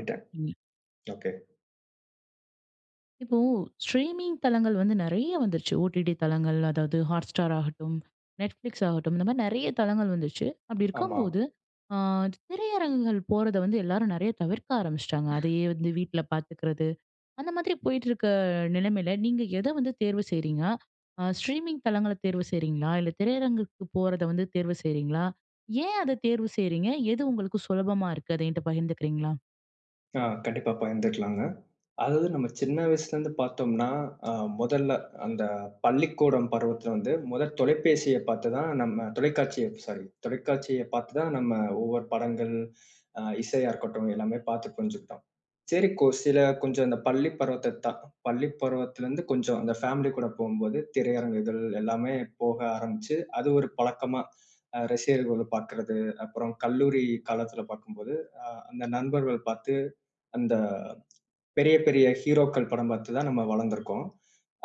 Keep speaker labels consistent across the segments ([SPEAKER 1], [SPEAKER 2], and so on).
[SPEAKER 1] பண்ணிட்டேன்.
[SPEAKER 2] ம்.
[SPEAKER 1] ஓகே.
[SPEAKER 2] இப்போ ஸ்ட்ரீமிங் தளங்கள் வந்து நெறைய வந்துருச்சு. ஓடிடி தளங்கள், அதாவது Hotstar ஆகட்டும், Netflix ஆகட்டும், இந்த மாரி நெறைய தளங்கள் வந்துருச்சு. அப்படி
[SPEAKER 1] ஆமா.
[SPEAKER 2] இருக்கும்போது, ஆ திரையரங்குகள் போறத வந்து எல்லாரும் நெறைய தவிர்க்க ஆரம்பிச்சுட்டாங்க. அதையே வந்து வீட்ல பார்த்துக்கிறது, அந்த மாதிரி போயிட்டு இருக்க நிலைமையில, நீங்க எத வந்து தேர்வு செய்றீங்க? ஸ்ட்ரீமிங் தளங்கள தேர்வு செய்றீங்களா? இல்ல திரையரங்குக்கு போறத வந்து தேர்வு செய்றீங்களா? ஏன் அத தேர்வு செய்றீங்க? எது உங்களுக்கு சுலபமா இருக்கு? அத என்ட்ட பகிர்ந்துக்கிறீங்களா?
[SPEAKER 1] ஆ கண்டிப்பா பகிர்ந்துக்கலாங்க. அதாவது நம்ம சின்ன வயசுலேருந்து பார்த்தோம்னா, அ முதல்ல அந்த பள்ளிக்கூடம் பருவத்தில வந்து முதல் தொலைபேசிய பார்த்து தான் நம்ம தொலைக்காட்சிய பார்த்து தான் நம்ம ஒவ்வொரு படங்கள், இசையா இருக்கட்டும் எல்லாமே பார்த்து புரிஞ்சுக்கிட்டோம். சரி சில கொஞ்சம் அந்த பள்ளி பருவத்த தான் பள்ளி பருவத்திலேருந்து கொஞ்சம் அந்த ஃபேமிலி கூட போம்போது திரையரங்குகள் எல்லாமே போக ஆரம்பிச்சு, அது ஒரு பழக்கமா ரசிகர்கள பார்க்குறது, அப்புறம் கல்லூரி காலத்தில பார்க்கும்போது, அ அந்த நண்பர்கள் பார்த்து அந்த பெரிய, பெரிய ஹீரோக்கள் படம் பார்த்து தான் நம்ம வளர்ந்திருக்கோம்.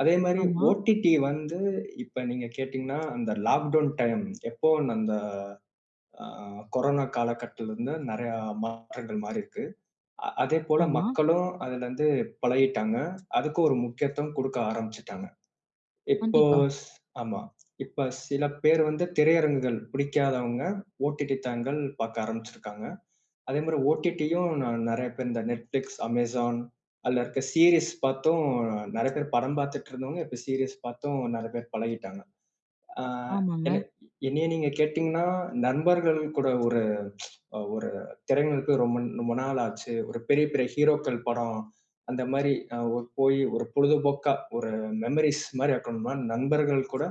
[SPEAKER 1] அதே மாரி
[SPEAKER 2] ஆமா,
[SPEAKER 1] ஓடிடி வந்து இப்ப நீங்க கேட்டீங்கன்னா, அந்த லாக்டவுன் டைம் எப்போ அந்த அ கொரோனா காலகட்டத்திலிருந்து நெறையா மாற்றங்கள் மாறிருக்கு. அதேபோல
[SPEAKER 2] ஆமா.
[SPEAKER 1] மக்களும் அதுலருந்து பழகிட்டாங்க. அதுக்கு ஒரு முக்கியத்துவம் குடுக்க ஆரம்பிச்சுட்டாங்க. இப்போ
[SPEAKER 2] கண்டிப்பா.
[SPEAKER 1] ஸ் ஆமா. இப்ப சில பேர் வந்து திரையரங்குகள் பிடிக்காதவங்க, ஓடிடி தளங்கள் பார்க்க ஆரம்பிச்சிருக்காங்க. அதே மாரி ஓடிடியும் நான் நெறைய பேர் இந்த Netflix, Amazon அதுல இருக்க சீரிஸ் பார்த்தும் நெறைய பேர் படம் பார்த்துட்டு இருந்தவங்க, இப்ப சீரிஸ் பார்த்தும் நெறைய பேர் பழகிட்டாங்க. ஆ
[SPEAKER 2] ஆமாங்க.
[SPEAKER 1] என்ன என்னைய நீங்க கேட்டீங்கன்னா, நண்பர்கள் கூட ஒரு ஒரு திரைகளுக்கு ரொம்ப ரொம்ப நாள் ஆச்சு. ஒரு பெரிய பெரிய ஹீரோக்கள் படம், அந்த மாரி ஒரு போய் ஒரு பொழுதுபோக்கா ஒரு மெமரீஸ் மாரி ஆக்கணும்னா, நண்பர்கள் கூட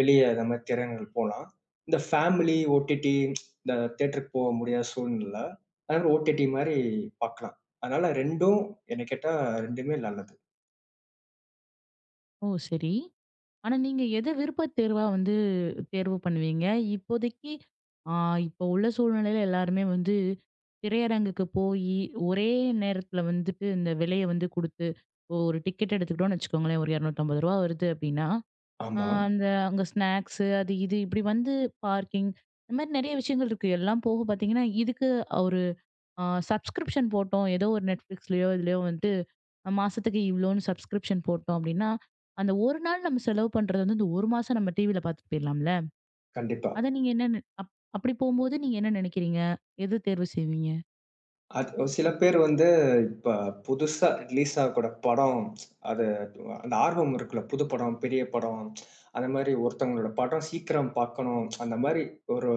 [SPEAKER 1] வெளிய இந்த மாரி திரையரங்குகள் போலாம். இந்த ஃபேமிலி, ஓடிடி இந்த தியேட்டருக்கு போக முடியாத சூழ்நிலை. அதனால ஓடிடி மாரி பார்க்கலாம். அதனால 2ம் என்ன கேட்டா 2மே நல்லது.
[SPEAKER 2] ஓ! சரி. ஆனா நீங்க எத விருப்பத் தேர்வா வந்து தேர்வு பண்ணுவீங்க? இப்போதைக்கு ஆ இப்போ உள்ள சூழ்நிலையில எல்லாருமே வந்து திரையரங்குக்கு போயி, ஒரே நேரத்துல வந்துட்டு இந்த விலைய வந்து குடுத்து, இப்போ ஒரு டிக்கெட் எடுத்துக்கிட்டோம்னு வச்சுக்கோங்களேன், ஒரு ரூ. 250 வருது அப்படின்னா, ஆ
[SPEAKER 1] ஆமா,
[SPEAKER 2] அந்த அங்க ஸ்நாக்ஸு அது இது இப்படி வந்து பார்க்கிங் இந்த மாரி நெறைய விஷயங்கள் இருக்கு. எல்லாம் போக பார்த்தீங்கன்னா, இதுக்கு ஒரு ஆ சப்ஸ்கிரிப்ஷன் போட்டோம். ஏதோ ஒரு Netflixலயோ, இதுலயோ வந்துட்டு மாசத்துக்கு இவ்ளோன்னு சப்ஸ்கிரிப்ஷன் போட்டோம் அப்டின்னா, அந்த ஒரு நாள் நம்ம செலவு பண்றது வந்து இந்த ஒரு மாசம் நம்ம டிவில பாத்துட்டு போயிரலாம்ல.
[SPEAKER 1] கண்டிப்பா.
[SPEAKER 2] அத நீங்க என்ன நெ அப் அப்படி போம்போது நீங்க என்ன நெனைக்கிறீங்க? எது தேர்வு செய்வீங்க?
[SPEAKER 1] அது ஒரு சில பேர் வந்து இப்ப புதுசா ரிலீஸ் ஆகக்கூட படம், அது அந்த ஆர்வம் இருக்குல்ல, புது படம், பெரிய படம் அந்த மாரி ஒருத்தவங்களோட படம் சீக்கிரம் பார்க்கணும். அந்த மாரி ஒரு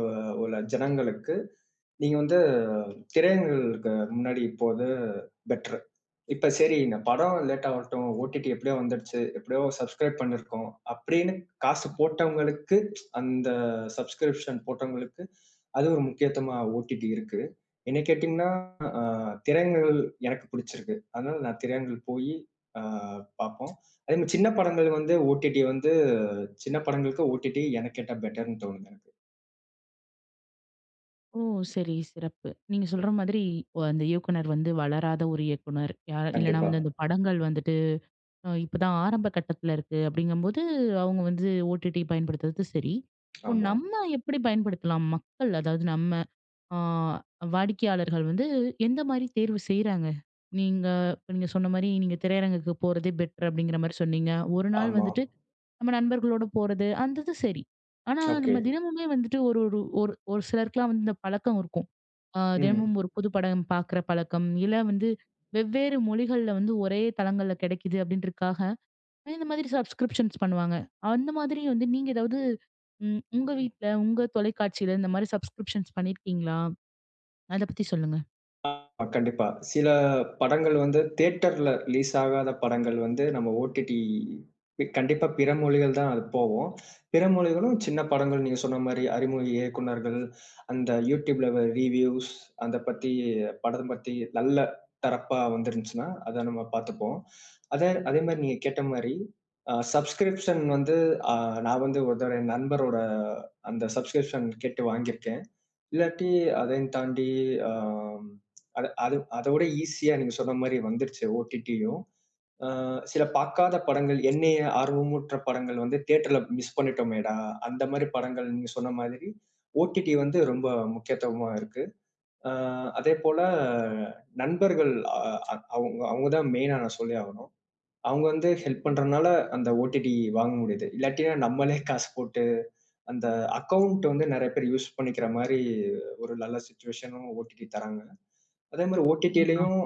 [SPEAKER 1] உள்ள ஜனங்களுக்கு, நீங்க வந்து திரையரங்குகளுக்கு முன்னாடி போறது பெட்டரு. இப்ப சரி இந்த படம் லேட் ஆகட்டும், ஓடிடி எப்படியோ வந்துடுச்சு, எப்படியோ சப்ஸ்கிரைப் பண்ணியிருக்கோம் அப்படின்னு காசு போட்டவங்களுக்கு, அந்த சப்ஸ்கிரிப்ஷன் போட்டவங்களுக்கு, அது ஒரு முக்கியத்துவமா ஓடிடி இருக்கு. என்ன கேட்டீங்கன்னா, அ திரையரங்குகள் எனக்கு பிடிச்சிருக்கு. அதனால நான் திரையரங்குகள் போயி அ பார்ப்போம். அதே மாரி சின்ன படங்கள் வந்து ஓடிடி வந்து சின்ன படங்களுக்கு ஓடிடி எனக்கு கேட்டா பெட்டர்ன்னு தோணுது எனக்கு.
[SPEAKER 2] ஓ! சரி, சிறப்பு. நீங்க சொல்ற மாதிரி அந்த இயக்குனர் வந்து வளராத ஒரு இயக்குனர். இல்லன்னா
[SPEAKER 1] கண்டிப்பா.
[SPEAKER 2] வந்து அந்த படங்கள் வந்துட்டு இப்பதான் ஆரம்ப கட்டத்துல இருக்கு அப்படிங்கும்போது, அவங்க வந்து ஓடிடி பயன்படுத்துறது சரி. இப்போ
[SPEAKER 1] ஆமா,
[SPEAKER 2] நம்ம எப்படி பயன்படுத்தலாம்? மக்கள் அதாவது நம்ம ஆ, வாடிக்கையாளர்கள் வந்து எந்த மாரி தேர்வு செய்றாங்க? நீங்க இப்ப நீங்க சொன்ன மாரி, நீங்க திரையரங்குக்கு போறதே பெட்டர் அப்படிங்கிற மாரி சொன்னீங்க. ஒரு நாள்
[SPEAKER 1] ஆமா.
[SPEAKER 2] வந்துட்டு நம்ம நண்பர்களோட போறது, அந்த இது சரி. ஆனா
[SPEAKER 1] ஓகே.
[SPEAKER 2] நம்ம தினமுமே வந்துட்டு ஒரு ஒரு ஒரு ஒரு சிலருக்குலாம் வந்து இந்த பழக்கம் இருக்கும். தினமும்
[SPEAKER 1] ம்.
[SPEAKER 2] ஒரு புது படம் பார்க்குற பழக்கம், இல்ல வந்து வெவ்வேறு மொழிகள்ல வந்து ஒரே தளங்கள்ல கிடைக்குது அப்படின்றதுக்காக, இந்த மாதிரி சப்ஸ்கிரிப்ஷன்ஸ் பண்ணுவாங்க. அந்த மாதிரி வந்து நீங்க ஏதாவது உங்க வீட்ல, உங்க தொலைக்காட்சியில இந்த மாரி சப்ஸ்கிரிப்ஷன்ஸ் பண்ணியிருக்கீங்களா? அத பத்தி சொல்லுங்க.
[SPEAKER 1] ஆமா, கண்டிப்பா. சில படங்கள் வந்து தியேட்டர்ல ரிலீஸ் ஆகாத படங்கள் வந்து நம்ம ஓடிடி கண்டிப்பா பிற மொழிகள் தான் அது போவும். பிற மொழிகளும் சின்ன படங்கள் நீங்க சொன்ன மாரி அறிமுக இயக்குனர்கள், அந்த YouTubeல ரிவ்யூஸ் அத பத்தி படம் பத்தி நல்ல தரப்பா வந்துருந்துச்சுன்னா, அத நம்ம பார்த்துப்போம். அதே அதே மாரி நீங்க கேட்ட மாரி, சப்ஸ்கிரிப்ஷன் வந்து அ நான் வந்து ஒரு தடவ என் நண்பரோட அந்த சப்ஸ்கிரிப்ஷன் கேட்டு வாங்கியிருக்கேன். இல்லாட்டி அதையும் தாண்டி, ஆ அது அது அதோட ஈஸியா நீங்க சொன்ன மாரி வந்துருச்சு ஓடிடியும். அ சில பார்க்காத படங்கள், என்னைய ஆர்வமூட்டுற படங்கள் வந்து தியேட்டர்ல மிஸ் பண்ணிட்டோமேடா! அந்த மாரி படங்கள் நீங்க சொன்ன மாதிரி, ஓடிடி வந்து ரொம்ப முக்கியத்துவமா இருக்கு. அ அதேபோல நண்பர்கள் அ அ அவங்க அவங்க தான் மெயினா நான் சொல்லி ஆகணும். அவங்க வந்து ஹெல்ப் பண்றனால அந்த ஓடிடி வாங்க முடியுது. இல்லாட்டினா நம்மளே காசு போட்டு, அந்த அக்கவுண்ட் வந்து நெறைய பேர் யூஸ் பண்ணிக்கிற மாரி ஒரு நல்ல சிச்சுவேஷனும் ஓடிடி தராங்க. அதே மாரி
[SPEAKER 2] கண்டிப்பா.
[SPEAKER 1] ஓடிடிலயும்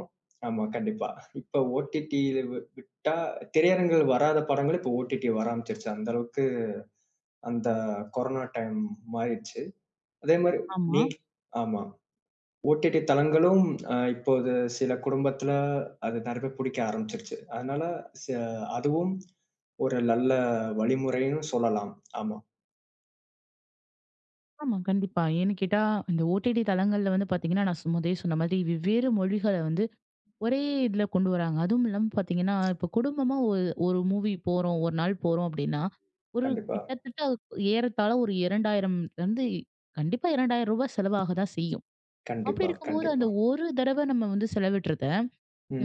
[SPEAKER 1] ஆமா, கண்டிப்பா. இப்ப ஓடிடில விட்டா திரையரங்குகள் வராத படங்கள் இப்ப ஓடிடி வர ஆரம்பிச்சுருச்சு. அந்த அளவுக்கு அந்த கொரோனா டைம் மாறிடுச்சு. அதே மாரி
[SPEAKER 2] ஆமா.
[SPEAKER 1] நீங்க ஆமா. ஓடிடி தளங்களும் இப்போது சில குடும்பத்தில அது நெறைய பேர் புடிக்க ஆரம்பிச்சுருச்சு. அதனால ச அதுவும் ஒரு நல்ல வழிமுறைன்னு சொல்லலாம். ஆமா.
[SPEAKER 2] ஆமா. கண்டிப்பா. ஏன்னு கேட்டா, இந்த ஓடிடி தளங்கள்ல வந்து பாத்தீங்கன்னா, நான் முதலே சொன்ன மாதிரி வெவ்வேறு மொழிகள வந்து ஒரே இதுல கொண்டு வராங்க. அதுவும் இல்லாம பாத்தீங்கன்னா, இப்போ குடும்பமா ஒரு ஒரு மூவி போறோம், ஒரு நாள் போறோம் அப்படின்னா, ஒரு
[SPEAKER 1] கண்டிப்பா,
[SPEAKER 2] கிட்டத்தட்ட ஏறத்தாழ ஒரு 2000 வந்து கண்டிப்பா ரூ. 2000 செலவாக தான் செய்யும். அப்படி
[SPEAKER 1] கண்டிப்பா,
[SPEAKER 2] இருக்கும்போது, அந்த
[SPEAKER 1] கண்டிப்பா.
[SPEAKER 2] ஒரு தடவ நம்ம வந்து செலவிடுறத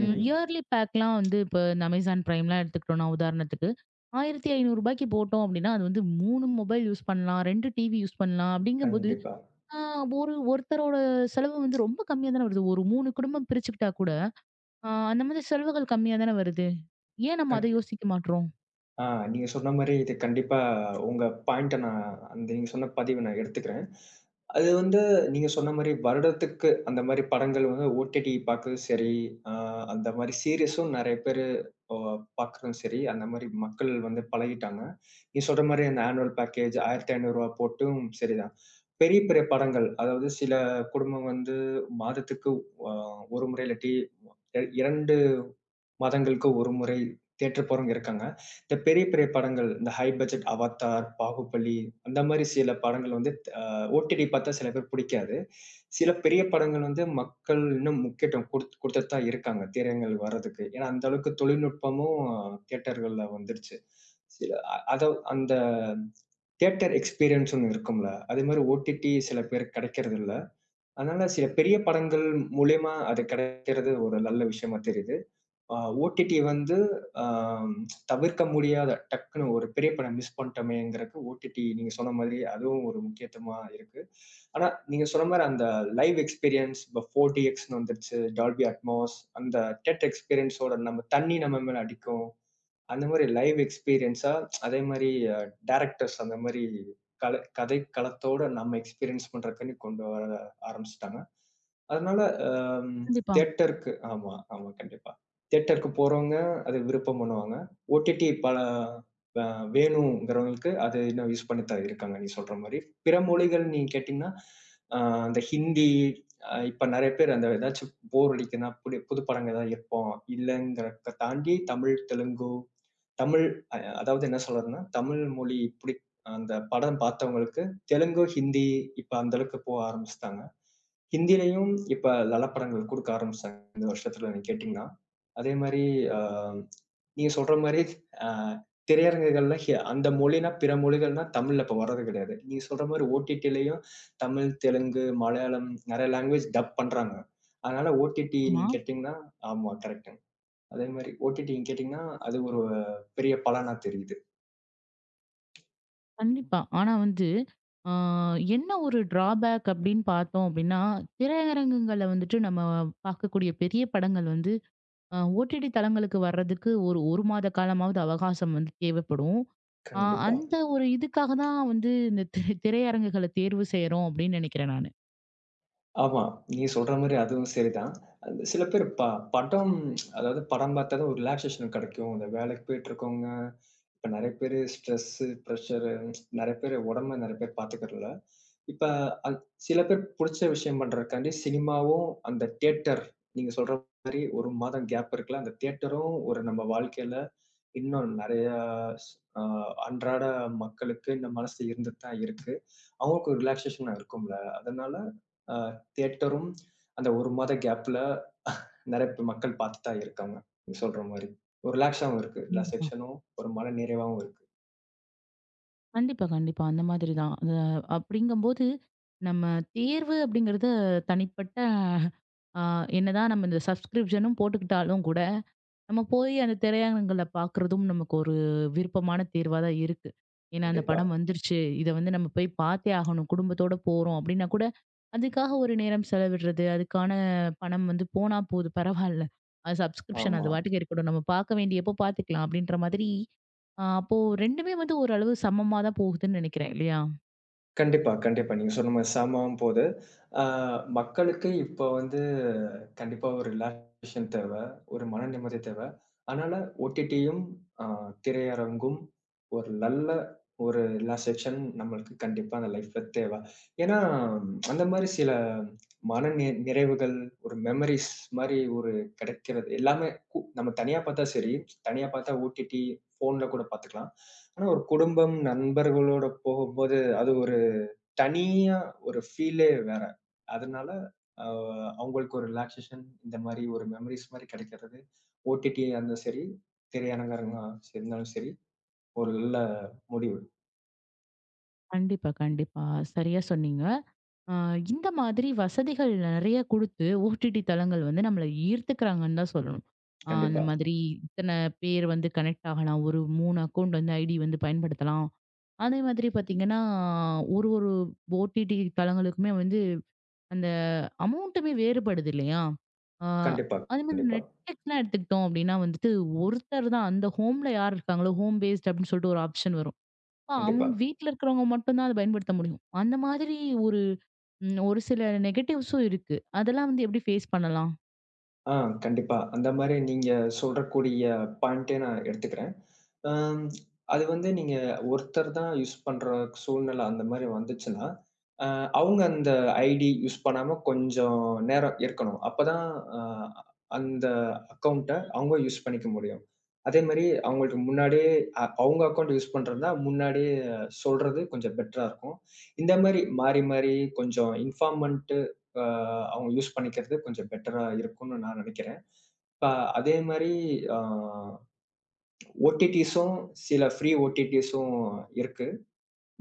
[SPEAKER 2] ம். இயர்லி பேக்லாம் வந்து இப்ப இந்த அமேசான் பிரைம்லாம் எடுத்துக்கிட்டோம்னா, உதாரணத்துக்கு ரூ. 1500 போட்டோம் அப்படின்னா, அது வந்து 3 மொபைல் யூஸ் பண்ணலாம், 2 டிவி யூஸ் பண்ணலாம் அப்படிங்கும்போது,
[SPEAKER 1] கண்டிப்பா.
[SPEAKER 2] ஆ ஒருத்தரோட செலவு வந்து ரொம்ப கம்மியா தானே வருது. ஒரு 3 குடும்பம் பிரிச்சுக்கிட்டா கூட, அந்த மாதிரி செலவுகள் கம்மியா தானே வருது. ஏன் நம்ம
[SPEAKER 1] கண்
[SPEAKER 2] அத யோசிக்க மாட்றோம்?
[SPEAKER 1] ஆ நீங்க சொன்ன மாரி இது கண்டிப்பா உங்க பாயிண்ட்ட நான் அந்த நீங்க சொன்ன பதிவ நான் எடுத்துக்கிறேன். அது வந்து நீங்க சொன்ன மாரி வருடத்துக்கு அந்த மாரி படங்கள் வந்து ஓடிடி பார்க்கறது சரி, அ அந்த மாரி சீரிஸும் நெறைய பேரு அ பார்க்குறதும் சரி, அந்த மாரி மக்கள் வந்து பழகிட்டாங்க. நீங்க சொல்ற மாரி அந்த ஆனுவல் பேக்கேஜ் ரூ. 1500 போட்டும் சரிதான். பெரிய பெரிய படங்கள் அதாவது சில குடும்பம் வந்து மாதத்துக்கு அ 1 முறை இல்லாட்டி 2 மாதங்களுக்கு ஒரு முறை தியேட்டர் போறவங்க இருக்காங்க. இந்த பெரிய, பெரிய படங்கள் இந்த ஹை பட்ஜெட் அவத்தார், பாகுபலி அந்த மாரி சில படங்கள் வந்து அ ஓடிடி பார்த்தா சில பேர் பிடிக்காது. சில பெரிய படங்கள் வந்து மக்கள் இன்னும் முக்கியத்துவம் குடுத்துட்டு தான் இருக்காங்க, திரையரங்கள் வர்றதுக்கு. ஏன்னா, அந்த அளவுக்கு தொழில்நுட்பமும் தியேட்டர்கள்ல வந்துருச்சு. சில அ அத அந்த தியேட்டர் எக்ஸ்பீரியன்ஸ் ஒண்ணு இருக்கும்ல, அதே மாரி ஓடிடி சில பேருக்கு கிடைக்கிறது இல்ல. அதனால சில பெரிய படங்கள் மூலியமா அது கிடைக்கிறது ஒரு நல்ல விஷயமா தெரியுது. ஆ ஓடிடி வந்து ஆ தவிர்க்க முடியாத டக்குனு ஒரு பெரிய படம் மிஸ் பண்ணிட்டோமேங்கிறக்கு ஓடிடி நீங்க சொன்ன மாதிரி அதுவும் ஒரு முக்கியத்துவமா இருக்கு. ஆனா, நீங்க சொன்ன மாரி அந்த லைவ் எக்ஸ்பீரியன்ஸ் இப்ப 4டிஎக்ஸ்ன்னு வந்துருச்சு. டால்பி அட்மாஸ் அந்த தியேட்டர் எக்ஸ்பீரியன்ஸோட நம்ம தண்ணி நம்ம மேல அடிக்கும். அந்த மாரி லைவ் எக்ஸ்பீரியன்ஸா அதே மாரி டைரக்டர்ஸ் அந்த மாரி கதை களத்தோட நம்ம எக்ஸ்பீரியன்ஸ் பண்றக்குன்னு கொண்டு வர ஆரம்பிச்சுட்டாங்க. அதனால அ
[SPEAKER 2] கண்டிப்பா.
[SPEAKER 1] தியேட்டருக்கு ஆமா, ஆமா. கண்டிப்பா. தியேட்டருக்கு போறவங்க அது விருப்பம் பண்ணுவாங்க. ஓடிடி பல அ வேணுங்கிறவங்களுக்கு அது இன்னும் யூஸ் பண்ணிட்டு தான் இருக்காங்க, நீ சொல்ற மாரி. பிற மொழிகள் நீ கேட்டீங்கன்னா, அ அந்த ஹிந்தி இப்ப நெறைய பேர் அந்த ஏதாச்சும் போர் அடிக்குதுன்னா, புது புது படங்கள் ஏதாவது இருப்போம் இல்லங்கிறத தாண்டி தமிழ், தெலுங்கு, தமிழ் அ அதாவது என்ன சொல்றதுன்னா, தமிழ் மொழி பிடி அந்த படம் பார்த்தவங்களுக்கு தெலுங்கு, ஹிந்தி இப்ப அந்த அளவுக்கு போக ஆரம்பிச்சுட்டாங்க. ஹிந்திலயும் இப்ப லலப்படங்கள் குடுக்க ஆரம்பிச்சுட்டாங்க. இந்த வருஷத்துல நீங்க கேட்டீங்கன்னா. அதே மாரி அ நீங்க சொல்ற மாரி அ திரையரங்குகள்ல அந்த மொழினா பிற மொழிகள்னா தமிழ்ல இப்ப வர்றது கிடையாது. நீங்க சொல்ற மாரி ஓடிடிலயும் தமிழ், தெலுங்கு, மலையாளம் நெறைய லாங்குவேஜ் டப் பண்றாங்க. அதனால ஓடிடி
[SPEAKER 2] ஆமா.
[SPEAKER 1] நீங்க கேட்டீங்கன்னா ஆமா கரெக்ட்டுங்க. அதே மாரி ஓடிடி நீங்க கேட்டீங்கன்னா, அது ஒரு பெரிய பலனா தெரியுது.
[SPEAKER 2] கண்டிப்பா. ஆனா வந்து, ஆ என்ன ஒரு டிராபேக் அப்படின்னு பார்த்தோம் அப்படின்னா, திரையரங்குகள்ல வந்துட்டு நம்ம பார்க்கக்கூடிய பெரிய படங்கள் வந்து ஓடிடி தளங்களுக்கு வர்றதுக்கு ஒரு 1 மாத காலமாவது அவகாசம் வந்து தேவைப்படும். அ
[SPEAKER 1] கண்டிப்பா.
[SPEAKER 2] அந்த ஒரு இதுக்காக தான் வந்து இந்த திரையரங்குகள தேர்வு செய்றோம் அப்படின்னு நினைக்கிறேன் நானு.
[SPEAKER 1] ஆமா. நீங்க சொல்ற மாரி அதுவும் சரிதான். அந்த சில பேர் படம் அதாவது படம் பார்த்தா தான் ஒரு ரிலாக்சேஷன் கெடைக்கும். இந்த வேலைக்கு போயிட்டுருக்கவங்க, இப்ப நெறைய பேரு ஸ்ட்ரெஸ்ஸு, ப்ரஷரு நெறைய பேரு உடம்ப நெறைய பேர் பார்த்துக்கிறதில்ல. இப்ப அத் சில பேர் புடிச்ச விஷயம் பண்றதுக்காண்டி சினிமாவும், அந்த தியேட்டர் நீங்க சொல்ற மாரி 1 மாதம் கேப் இருக்குல்ல, அந்த தியேட்டரும் ஒரு நம்ம வாழ்க்கையில இன்னும் நெறைய ஸ் அ அன்றாட மக்களுக்கு இந்த மனசு இருந்துட்டு தான் இருக்கு. அவங்களுக்கு ஒரு ரிலாக்சேஷனா இருக்கும்ல. அதனால அ தியேட்டரும் அந்த 1 மாத கேப்ல நெறைய பே மக்கள் பார்த்துட்டு தான் இருக்காங்க. நீங்க சொல்ற மாரி. ஒரு ரிலாக்ஸாவும் இருக்கு. எல்லா
[SPEAKER 2] கண்டிப்பா.
[SPEAKER 1] செக்ஷனும் ஒரு மன நிறைவாவும் இருக்கு.
[SPEAKER 2] கண்டிப்பா, கண்டிப்பா. அந்த மாதிரி தான். அது அப்படிங்கும்போது நம்ம தேர்வு அப்படிங்கிறது தனிப்பட்ட அ என்னதான் நம்ம இந்த சப்ஸ்கிரிப்ஷனும் போட்டுக்கிட்டாலும் கூட நம்ம போய் அந்த திரையரங்குல பார்க்குறதும் நமக்கு ஒரு விருப்பமான தேர்வா தான் இருக்கு. ஏன்னா, அந்த
[SPEAKER 1] கண்டிப்பா.
[SPEAKER 2] படம் வந்துருச்சு. இத வந்து நம்ம போய் பார்த்தே ஆகணும். குடும்பத்தோட போறோம் அப்டின்னா கூட, அதுக்காக ஒரு நேரம் செலவிடுறது, அதுக்கான பணம் வந்து போனா போது பரவால்ல. அது சப்ஸ்கிரிப்ஷன்
[SPEAKER 1] ஆமா.
[SPEAKER 2] அது பாட்டுக்கு இருக்கட்டும். நம்ம பார்க்க வேண்டியப்போ பார்த்துக்கலாம் அப்டின்ற மாதிரி, அப்போ 2மே வந்து ஓரளவு சமமா தான் போகுதுன்னு நெனைக்கிறேன் இல்லையா?
[SPEAKER 1] கண்டிப்பா, கண்டிப்பா. நீங்க சொன்ன மாரி செம போது, அ மக்களுக்கு இப்ப வந்து கண்டிப்பா ஒரு ரிலாக்சேஷன் தேவ. ஒரு மன நிம்மதி தேவ. அதனால ஓடிடியும், அ திரையரங்கும் ஒரு நல்ல ஒரு ரிலாக்சேஷன் நம்மளுக்கு கண்டிப்பா அந்த லைஃப்ல தேவ. ஏன்னா, அந்த மாரி சில மன நிறைவுகள், ஒரு மெமரீஸ் மாரி ஒரு கிடைக்கிறது. எல்லாமே நம்ம தனியா பார்த்தா சரி, தனியா பார்த்தா ஓடிடி, ஃபோன்ல கூட பார்த்துக்கலாம். ஆனா ஒரு குடும்பம், நண்பர்களோட போகும்போது அது ஒரு தனியா ஒரு ஃபீலே வேற. அதனால அ அவங்களுக்கு ஒரு ரிலாக்சேஷன் இந்த மாரி ஒரு மெமரீஸ் மாரி கிடைக்கிறது, ஓடிடியா இருந்தாலும் சரி, திரையரங்கரங்கா இருந்தாலும் சரி, ஒரு நல்ல முடிவு.
[SPEAKER 2] கண்டிப்பா, கண்டிப்பா. சரியா சொன்னீங்க. ஆ, இந்த மாதிரி வசதிகள் நெறைய குடுத்து, ஓடிடி தளங்கள் வந்து நம்மள ஈர்த்துக்கிறாங்கன்னு தான் சொல்லணும். அந்த
[SPEAKER 1] கண்டிப்பா.
[SPEAKER 2] மாதிரி இத்தன பேர் வந்து கனெக்ட் ஆகலாம். ஒரு 3 அக்கவுண்ட் வந்து ஐடி வந்து பயன்படுத்தலாம். அதே மாதிரி பார்த்தீங்கன்னா, ஒரு ஒரு ஓடிடி தளங்களுக்குமே வந்து அந்த அமௌண்ட்டுமே வேறுபடுது இல்லையா? ஆ
[SPEAKER 1] கண்டிப்பா,
[SPEAKER 2] அதே மாதிரி
[SPEAKER 1] கண்டிப்பா,
[SPEAKER 2] நெட்ஃப்ளிக்ஸ்லாம் எடுத்துக்கிட்டோம் அப்டின்னா வந்துட்டு, ஒருத்தர் தான் அந்த ஹோம்ல யார் இருக்காங்களோ, ஹோம் பேஸ்ட் அப்டின்னு சொல்லிட்டு ஒரு ஆப்ஷன் வரும். அப்ப
[SPEAKER 1] கண்டிப்பா.
[SPEAKER 2] அவங்க வீட்ல இருக்கிறவங்க மட்டும் தான் அத பயன்படுத்த முடியும். அந்த மாதிரி. ஒரு சில நெகட்டிவ்ஸும் இருக்கு. அதெல்லாம் வந்து எப்படி ஃபேஸ் பண்ணலாம்?
[SPEAKER 1] ஆ, கண்டிப்பா. அந்த மாரி நீங்க சொல்றக்கூடிய பாயிண்ட்டே நான் எடுத்துக்கிறேன். அம் அது வந்து நீங்க ஒருத்தர் தான் யூஸ் பண்ற சூழ்நிலை அந்த மாரி வந்துச்சுன்னா, அ அவங்க அந்த ஐடி யூஸ் பண்ணாம கொஞ்சம் நேரம் இருக்கணும். அப்பதான் அ அந்த அக்கவுண்ட்ட அவங்க யூஸ் பண்ணிக்க முடியும். அதே மாரி அவங்களுக்கு முன்னாடியே அவங்க அக்கவுண்ட் யூஸ் பண்றதுன்னா, முன்னாடியே சொல்றது கொஞ்சம் பெட்டரா இருக்கும். இந்த மாரி மாறி மாறி கொஞ்சம் இன்ஃபார்மன்ட் அ அவங்க யூஸ் பண்ணிக்கிறது கொஞ்சம் பெட்டரா இருக்கும்னு நான் நினைக்கிறேன். இப்ப அதே மாரி அ ஓடிடிஸும் சில ஃப்ரீ ஓடிடிஸும் இருக்கு.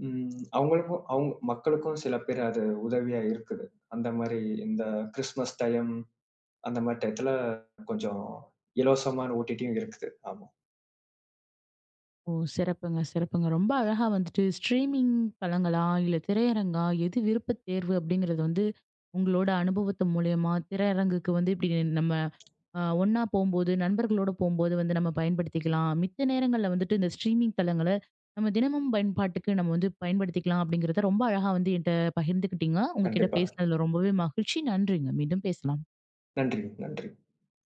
[SPEAKER 1] ம் அவங்களுக்கும் அவங்க மக்களுக்கும் சில பேர் அது உதவியா இருக்குது. அந்த மாரி இந்த கிறிஸ்மஸ் டைம் அந்த மாரி டயத்துல கொஞ்சம் இலவசமான ஓடிடியும் இருக்குது. ஆமா.
[SPEAKER 2] ஓ! சிறப்புங்க, சிறப்புங்க. ரொம்ப அழகா வந்துட்டு ஸ்ட்ரீமிங் தளங்களா? இல்ல திரையரங்கா? எது விருப்பத் தேர்வு? அப்படிங்கிறது வந்து உங்களோட அனுபவத்து மூலியமா திரையரங்குக்கு வந்து இப்படி நம்ம ஒண்ணா போம்போது, நண்பர்களோட போம்போது வந்து நம்ம பயன்படுத்திக்கலாம். மித்த நேரங்கள்ல வந்துட்டு இந்த ஸ்ட்ரீமிங் தளங்கள நம்ம தினமும் பயன்பாட்டுக்கு நம்ம வந்து பயன்படுத்திக்கலாம் அப்படிங்கிறத ரொம்ப அழகா வந்து என்ட்ட பகிர்ந்துக்கிட்டீங்க. உங்ககிட்ட
[SPEAKER 1] கண்டிப்பா.
[SPEAKER 2] பேசினதுல ரொம்பவே மகிழ்ச்சி. நன்றிங்க. மீண்டும் பேசலாம்.
[SPEAKER 1] நன்றி, நன்றி.